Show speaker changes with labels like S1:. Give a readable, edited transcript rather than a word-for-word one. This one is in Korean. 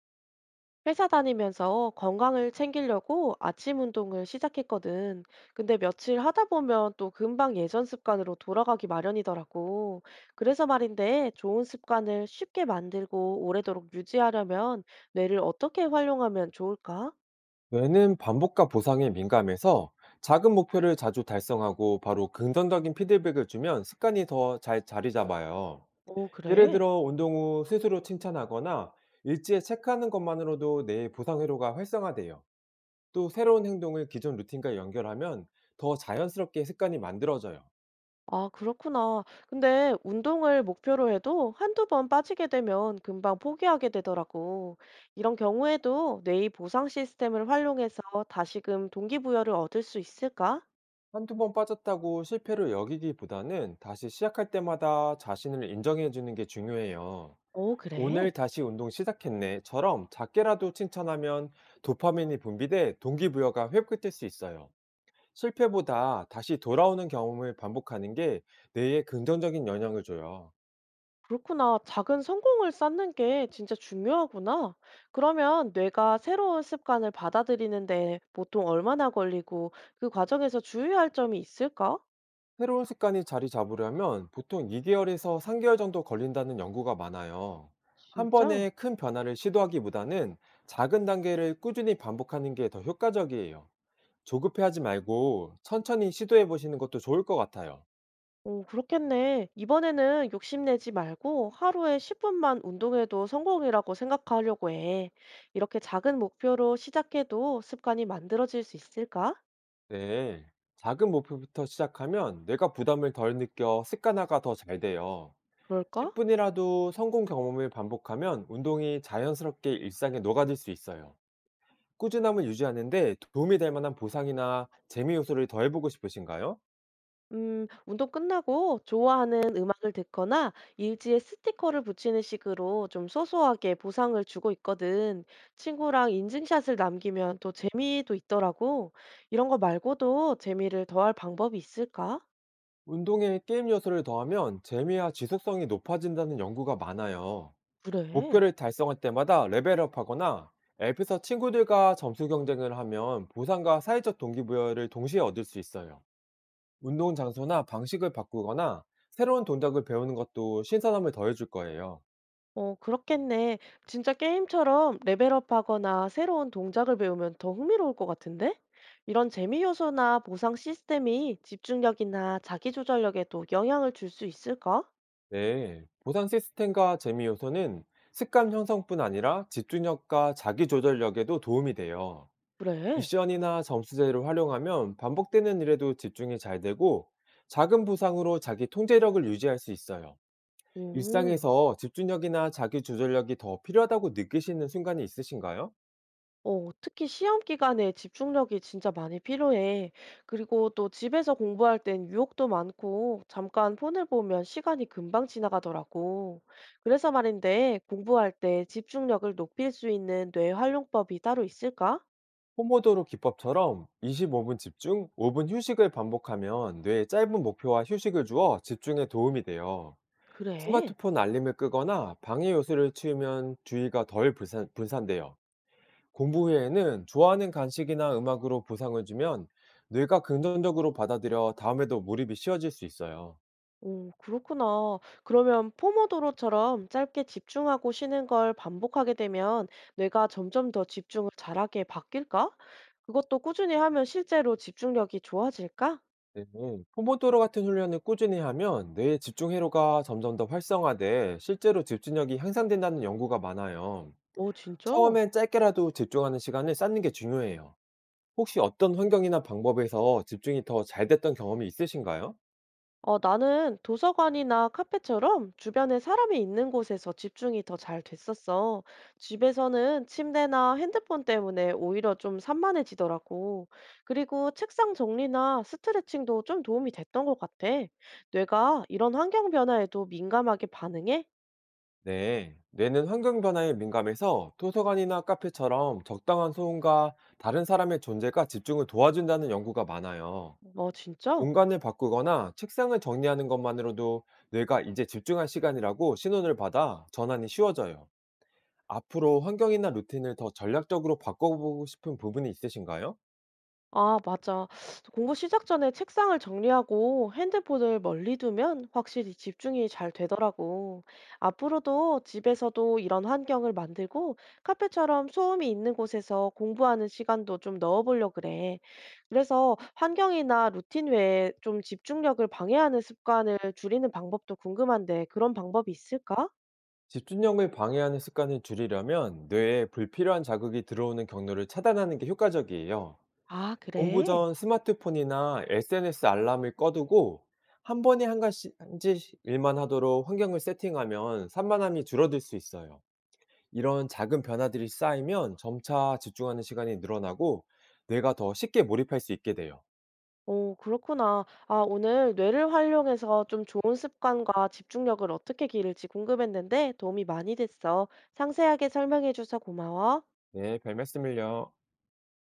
S1: 회사 다니면서 건강을 챙기려고 아침 운동을 시작했거든. 근데 며칠 하다 보면 또 금방 예전 습관으로 돌아가기 마련이더라고. 그래서 말인데 좋은 습관을 쉽게 만들고 오래도록 유지하려면 뇌를 어떻게 활용하면 좋을까?
S2: 뇌는 반복과 보상에 민감해서 작은 목표를 자주 달성하고 바로 긍정적인 피드백을 주면 습관이 더 잘 자리 잡아요.
S1: 오,
S2: 예를
S1: 그래.
S2: 들어 운동 후 스스로 칭찬하거나 일지에 체크하는 것만으로도 뇌의 보상 회로가 활성화돼요. 또 새로운 행동을 기존 루틴과 연결하면 더 자연스럽게 습관이 만들어져요.
S1: 아, 그렇구나. 근데 운동을 목표로 해도 한두 번 빠지게 되면 금방 포기하게 되더라고. 이런 경우에도 뇌의 보상 시스템을 활용해서 다시금 동기부여를 얻을 수 있을까?
S2: 한두 번 빠졌다고 실패를 여기기보다는 다시 시작할 때마다 자신을 인정해 주는 게 중요해요.
S1: 어,
S2: "오늘
S1: 그래.
S2: 다시 운동 시작했네."처럼 작게라도 칭찬하면 도파민이 분비돼 동기부여가 회복될 수 있어요. 실패보다 다시 돌아오는 경험을 반복하는 게 뇌에 긍정적인 영향을 줘요.
S1: 그렇구나. 작은 성공을 쌓는 게 진짜 중요하구나. 그러면 뇌가 새로운 습관을 받아들이는데 보통 얼마나 걸리고 그 과정에서 주의할 점이 있을까?
S2: 새로운 습관이 자리 잡으려면 보통 2개월에서 3개월 정도 걸린다는 연구가 많아요. 한
S1: 진짜?
S2: 번에 큰 변화를 시도하기보다는 작은 단계를 꾸준히 반복하는 게 더 효과적이에요. 조급해하지 말고 천천히 시도해 보시는 것도 좋을 것 같아요.
S1: 오, 그렇겠네. 이번에는 욕심내지 말고 하루에 10분만 운동해도 성공이라고 생각하려고 해. 이렇게 작은 목표로 시작해도 습관이 만들어질 수 있을까?
S2: 네. 작은 목표부터 시작하면 내가 부담을 덜 느껴 습관화가 더 잘 돼요.
S1: 그럴까?
S2: 10분이라도 성공 경험을 반복하면 운동이 자연스럽게 일상에 녹아들 수 있어요. 꾸준함을 유지하는데 도움이 될 만한 보상이나 재미 요소를 더해보고 싶으신가요?
S1: 운동 끝나고 좋아하는 음악을 듣거나 일지에 스티커를 붙이는 식으로 좀 소소하게 보상을 주고 있거든. 친구랑 인증샷을 남기면 또 재미도 있더라고. 이런 거 말고도 재미를 더할 방법이 있을까?
S2: 운동에 게임 요소를 더하면 재미와 지속성이 높아진다는 연구가 많아요.
S1: 그래.
S2: 목표를 달성할 때마다 레벨업하거나 앱에서 친구들과 점수 경쟁을 하면 보상과 사회적 동기부여를 동시에 얻을 수 있어요. 운동 장소나 방식을 바꾸거나 새로운 동작을 배우는 것도 신선함을 더해줄 거예요.
S1: 어, 그렇겠네. 진짜 게임처럼 레벨업하거나 새로운 동작을 배우면 더 흥미로울 것 같은데? 이런 재미 요소나 보상 시스템이 집중력이나 자기조절력에도 영향을 줄 수 있을까?
S2: 네. 보상 시스템과 재미 요소는 습관 형성뿐 아니라 집중력과 자기 조절력에도 도움이 돼요.
S1: 그래.
S2: 미션이나 점수제를 활용하면 반복되는 일에도 집중이 잘 되고, 작은 보상으로 자기 통제력을 유지할 수 있어요.
S1: 오.
S2: 일상에서 집중력이나 자기 조절력이 더 필요하다고 느끼시는 순간이 있으신가요?
S1: 어, 특히 시험 기간에 집중력이 진짜 많이 필요해. 그리고 또 집에서 공부할 땐 유혹도 많고, 잠깐 폰을 보면 시간이 금방 지나가더라고. 그래서 말인데, 공부할 때 집중력을 높일 수 있는 뇌 활용법이 따로 있을까?
S2: 포모도로 기법처럼 25분 집중, 5분 휴식을 반복하면 뇌에 짧은 목표와 휴식을 주어 집중에 도움이 돼요.
S1: 그래?
S2: 스마트폰 알림을 끄거나 방해 요소를 치우면 주의가 덜 분산돼요. 공부 후에는 좋아하는 간식이나 음악으로 보상을 주면 뇌가 긍정적으로 받아들여 다음에도 몰입이 쉬워질 수 있어요.
S1: 오, 그렇구나. 그러면 포모도로처럼 짧게 집중하고 쉬는 걸 반복하게 되면 뇌가 점점 더 집중을 잘하게 바뀔까? 그것도 꾸준히 하면 실제로 집중력이 좋아질까?
S2: 네, 포모도로 같은 훈련을 꾸준히 하면 뇌의 집중 회로가 점점 더 활성화돼 실제로 집중력이 향상된다는 연구가 많아요.
S1: 오, 진짜?
S2: 처음엔 짧게라도 집중하는 시간을 쌓는 게 중요해요. 혹시 어떤 환경이나 방법에서 집중이 더 잘 됐던 경험이 있으신가요?
S1: 어, 나는 도서관이나 카페처럼 주변에 사람이 있는 곳에서 집중이 더 잘 됐었어. 집에서는 침대나 핸드폰 때문에 오히려 좀 산만해지더라고. 그리고 책상 정리나 스트레칭도 좀 도움이 됐던 것 같아. 뇌가 이런 환경 변화에도 민감하게 반응해?
S2: 네. 뇌는 환경 변화에 민감해서 도서관이나 카페처럼 적당한 소음과 다른 사람의 존재가 집중을 도와준다는 연구가 많아요.
S1: 어, 진짜?
S2: 공간을 바꾸거나 책상을 정리하는 것만으로도 뇌가 이제 집중할 시간이라고 신호를 받아 전환이 쉬워져요. 앞으로 환경이나 루틴을 더 전략적으로 바꿔보고 싶은 부분이 있으신가요?
S1: 아, 맞아. 공부 시작 전에 책상을 정리하고 핸드폰을 멀리 두면 확실히 집중이 잘 되더라고. 앞으로도 집에서도 이런 환경을 만들고 카페처럼 소음이 있는 곳에서 공부하는 시간도 좀 넣어보려고 그래. 그래서 환경이나 루틴 외에 좀 집중력을 방해하는 습관을 줄이는 방법도 궁금한데 그런 방법이 있을까?
S2: 집중력을 방해하는 습관을 줄이려면 뇌에 불필요한 자극이 들어오는 경로를 차단하는 게 효과적이에요.
S1: 아,
S2: 공부
S1: 그래?
S2: 전 스마트폰이나 SNS 알람을 꺼두고, 한 번에 한 가지 일만 하도록 환경을 세팅하면 산만함이 줄어들 수 있어요. 이런 작은 변화들이 쌓이면 점차 집중하는 시간이 늘어나고 뇌가 더 쉽게 몰입할 수 있게 돼요.
S1: 오, 그렇구나. 아, 오늘 뇌를 활용해서 좀 좋은 습관과 집중력을 어떻게 기를지 궁금했는데 도움이 많이 됐어. 상세하게 설명해줘서 고마워.
S2: 네, 별 말씀을요.